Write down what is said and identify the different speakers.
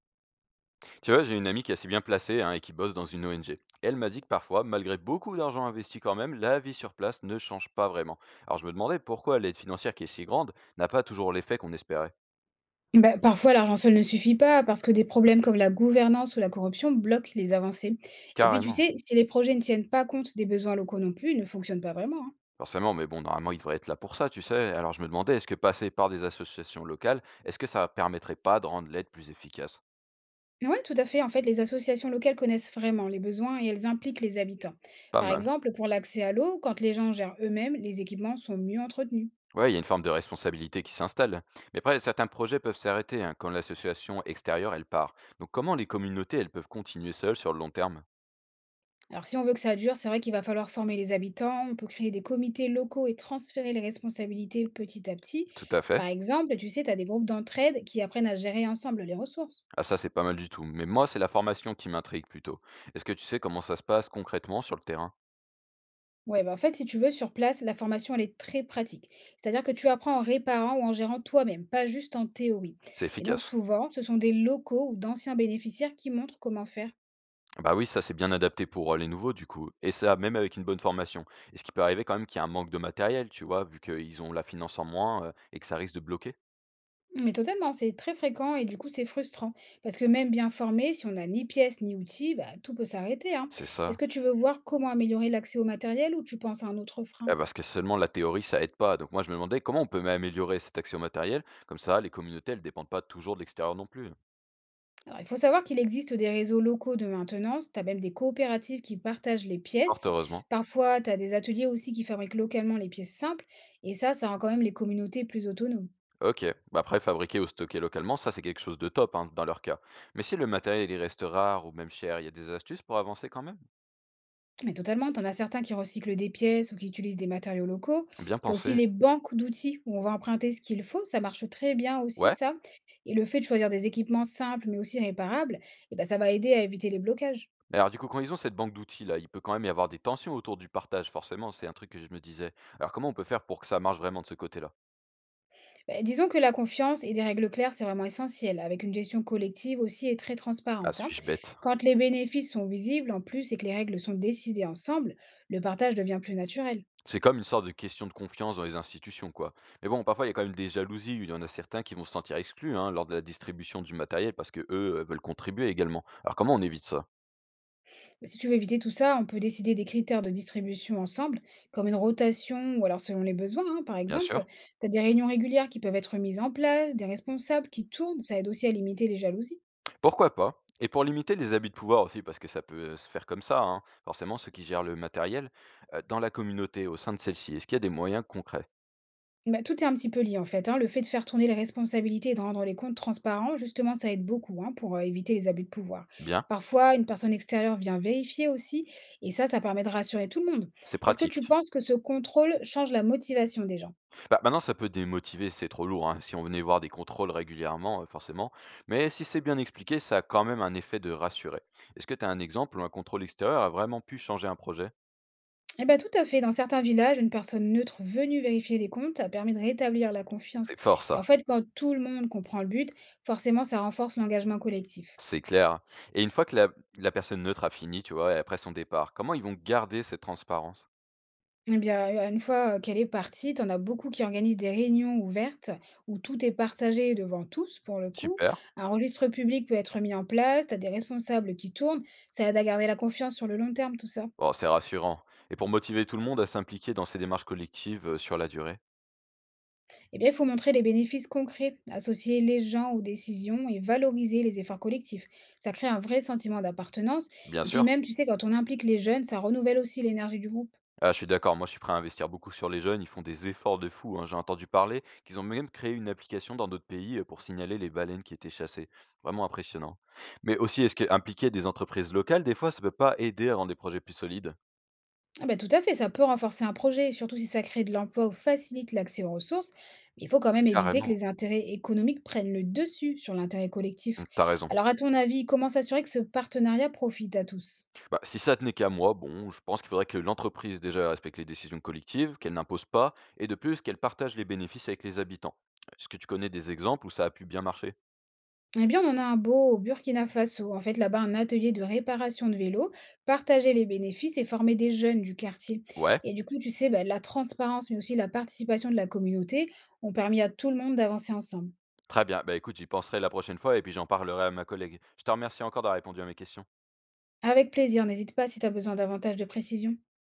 Speaker 1: Tu vois, j'ai une amie qui est assez bien placée hein, et qui bosse dans une ONG. Elle m'a dit que parfois, malgré beaucoup d'argent investi quand même, la vie sur place ne change pas vraiment. Alors je me demandais pourquoi l'aide financière qui est si grande n'a pas toujours l'effet qu'on espérait.
Speaker 2: Bah, parfois, l'argent seul ne suffit pas parce que des problèmes comme la gouvernance ou la corruption bloquent les avancées. Et puis, tu
Speaker 1: Carrément.
Speaker 2: sais, si les projets ne tiennent pas compte des besoins locaux non plus, ils ne fonctionnent pas vraiment, hein.
Speaker 1: Forcément, mais bon, normalement, il devrait être là pour ça, tu sais. Alors je me demandais, est-ce que passer par des associations locales, est-ce que ça permettrait pas de rendre l'aide plus efficace?
Speaker 2: Oui, tout à fait. En fait, les associations locales connaissent vraiment les besoins et elles impliquent les habitants.
Speaker 1: Pas
Speaker 2: Par
Speaker 1: mal.
Speaker 2: exemple, pour l'accès à l'eau, quand les gens gèrent eux-mêmes, les équipements sont mieux entretenus.
Speaker 1: Ouais, il y a une forme de responsabilité qui s'installe. Mais après, certains projets peuvent s'arrêter hein, quand l'association extérieure, elle part. Donc comment les communautés, elles peuvent continuer seules sur le long terme?
Speaker 2: Alors, si on veut que ça dure, c'est vrai qu'il va falloir former les habitants, on peut créer des comités locaux et transférer les responsabilités petit à petit.
Speaker 1: Tout à fait.
Speaker 2: Par exemple, tu sais, tu as des groupes d'entraide qui apprennent à gérer ensemble les ressources.
Speaker 1: Ah ça, c'est pas mal du tout, mais moi, c'est la formation qui m'intrigue plutôt. Est-ce que tu sais comment ça se passe concrètement sur le terrain?
Speaker 2: Ouais, bah, en fait, si tu veux, sur place, la formation, elle est très pratique. C'est-à-dire que tu apprends en réparant ou en gérant toi-même, pas juste en théorie.
Speaker 1: C'est
Speaker 2: Et donc,
Speaker 1: efficace.
Speaker 2: souvent, ce sont des locaux ou d'anciens bénéficiaires qui montrent comment faire.
Speaker 1: Bah oui, ça c'est bien adapté pour les nouveaux du coup. Et ça, même avec une bonne formation, est ce qu'il peut arriver quand même qu'il y a un manque de matériel, tu vois, vu qu'ils ont la finance en moins et que ça risque de bloquer.
Speaker 2: Mais totalement, c'est très fréquent et du coup, c'est frustrant. Parce que même bien formé, si on n'a ni pièces ni outils, bah, tout peut s'arrêter, hein.
Speaker 1: C'est
Speaker 2: Est-ce
Speaker 1: ça.
Speaker 2: que tu veux voir comment améliorer l'accès au matériel ou tu penses à un autre frein?
Speaker 1: Ah, parce que seulement la théorie, ça aide pas. Donc moi, je me demandais comment on peut améliorer cet accès au matériel. Comme ça, les communautés, elles dépendent pas toujours de l'extérieur non plus.
Speaker 2: Alors, il faut savoir qu'il existe des réseaux locaux de maintenance, tu as même des coopératives qui partagent les
Speaker 1: Fort
Speaker 2: pièces.
Speaker 1: heureusement.
Speaker 2: Parfois, tu as des ateliers aussi qui fabriquent localement les pièces simples, et ça rend quand même les communautés plus autonomes.
Speaker 1: Ok, bah après fabriquer ou stocker localement, ça c'est quelque chose de top hein, dans leur cas. Mais si le matériel il reste rare ou même cher, il y a des astuces pour avancer quand même?
Speaker 2: Mais totalement, tu en as certains qui recyclent des pièces ou qui utilisent des matériaux locaux.
Speaker 1: Bien
Speaker 2: Tu as aussi
Speaker 1: pensé.
Speaker 2: les banques d'outils où on va emprunter ce qu'il faut, ça marche très bien aussi,
Speaker 1: Ouais.
Speaker 2: ça. Et le fait de choisir des équipements simples mais aussi réparables, eh ben, ça va aider à éviter les blocages.
Speaker 1: Mais alors du coup, quand ils ont cette banque d'outils là, il peut quand même y avoir des tensions autour du partage, forcément, c'est un truc que je me disais. Alors comment on peut faire pour que ça marche vraiment de ce côté-là?
Speaker 2: Bah, disons que la confiance et des règles claires, c'est vraiment essentiel, avec une gestion collective aussi et très
Speaker 1: Ah,
Speaker 2: transparente, hein.
Speaker 1: suis-je bête?
Speaker 2: Quand les bénéfices sont visibles en plus et que les règles sont décidées ensemble, le partage devient plus naturel.
Speaker 1: C'est comme une sorte de question de confiance dans les institutions, quoi. Mais bon, parfois il y a quand même des jalousies, il y en a certains qui vont se sentir exclus hein, lors de la distribution du matériel parce que eux veulent contribuer également. Alors comment on évite ça?
Speaker 2: Si tu veux éviter tout ça, on peut décider des critères de distribution ensemble, comme une rotation ou alors selon les besoins, hein, par
Speaker 1: Bien
Speaker 2: exemple.
Speaker 1: sûr.
Speaker 2: Tu as des réunions régulières qui peuvent être mises en place, des responsables qui tournent, ça aide aussi à limiter les jalousies.
Speaker 1: Pourquoi pas? Et pour limiter les abus de pouvoir aussi, parce que ça peut se faire comme ça, hein, forcément ceux qui gèrent le matériel, dans la communauté, au sein de celle-ci, est-ce qu'il y a des moyens concrets?
Speaker 2: Bah, tout est un petit peu lié en fait, hein. Le fait de faire tourner les responsabilités et de rendre les comptes transparents, justement, ça aide beaucoup hein, pour éviter les abus de pouvoir.
Speaker 1: Bien,
Speaker 2: Parfois, une personne extérieure vient vérifier aussi, et ça permet de rassurer tout le monde.
Speaker 1: c'est
Speaker 2: Est-ce que tu
Speaker 1: pratique.
Speaker 2: penses que ce contrôle change la motivation des gens?
Speaker 1: Bah, maintenant ça peut démotiver, c'est trop lourd, hein, si on venait voir des contrôles régulièrement, forcément, mais si c'est bien expliqué, ça a quand même un effet de rassurer. Est-ce que tu as un exemple où un contrôle extérieur a vraiment pu changer un projet?
Speaker 2: Eh bien, tout à fait. Dans certains villages, une personne neutre venue vérifier les comptes a permis de rétablir la confiance.
Speaker 1: C'est fort
Speaker 2: Et
Speaker 1: ça,
Speaker 2: en fait, quand tout le monde comprend le but, forcément, ça renforce l'engagement collectif.
Speaker 1: c'est clair. Et une fois que la personne neutre a fini, tu vois, après son départ, comment ils vont garder cette transparence?
Speaker 2: Eh bien, une fois, qu'elle est partie, t'en as beaucoup qui organisent des réunions ouvertes où tout est partagé devant tous, pour le coup.
Speaker 1: Super.
Speaker 2: Un registre public peut être mis en place, t'as des responsables qui tournent, ça aide à garder la confiance sur le long terme, tout ça.
Speaker 1: Bon, c'est rassurant. Et pour motiver tout le monde à s'impliquer dans ces démarches collectives sur la durée?
Speaker 2: Eh bien, il faut montrer les bénéfices concrets, associer les gens aux décisions et valoriser les efforts collectifs. Ça crée un vrai sentiment d'appartenance
Speaker 1: Bien
Speaker 2: et puis
Speaker 1: sûr.
Speaker 2: même, tu sais, quand on implique les jeunes, ça renouvelle aussi l'énergie du groupe.
Speaker 1: Ah, je suis d'accord, moi je suis prêt à investir beaucoup sur les jeunes, ils font des efforts de fou, hein. J'ai entendu parler qu'ils ont même créé une application dans d'autres pays pour signaler les baleines qui étaient chassées. Vraiment impressionnant. Mais aussi, est-ce que impliquer des entreprises locales, des fois, ça peut pas aider à rendre des projets plus solides?
Speaker 2: Ah bah, tout à fait, ça peut renforcer un projet, surtout si ça crée de l'emploi ou facilite l'accès aux ressources. Mais il faut quand même éviter que
Speaker 1: Carrément.
Speaker 2: les intérêts économiques prennent le dessus sur l'intérêt collectif.
Speaker 1: Mm, t'as raison.
Speaker 2: Alors, à ton avis, comment s'assurer que ce partenariat profite à tous?
Speaker 1: Bah, si ça tenait qu'à moi, bon, je pense qu'il faudrait que l'entreprise déjà respecte les décisions collectives, qu'elle n'impose pas, et de plus qu'elle partage les bénéfices avec les habitants. Est-ce que tu connais des exemples où ça a pu bien marcher?
Speaker 2: Eh bien, on en a un beau au Burkina Faso. En fait, là-bas, un atelier de réparation de vélos, partager les bénéfices et former des jeunes du quartier.
Speaker 1: Ouais,
Speaker 2: Et du coup, tu sais, bah, la transparence, mais aussi la participation de la communauté ont permis à tout le monde d'avancer ensemble.
Speaker 1: très bien. Bah écoute, j'y penserai la prochaine fois et puis j'en parlerai à ma collègue. Je te remercie encore d'avoir répondu à mes questions.
Speaker 2: Avec plaisir, n'hésite pas si tu as besoin davantage de précision.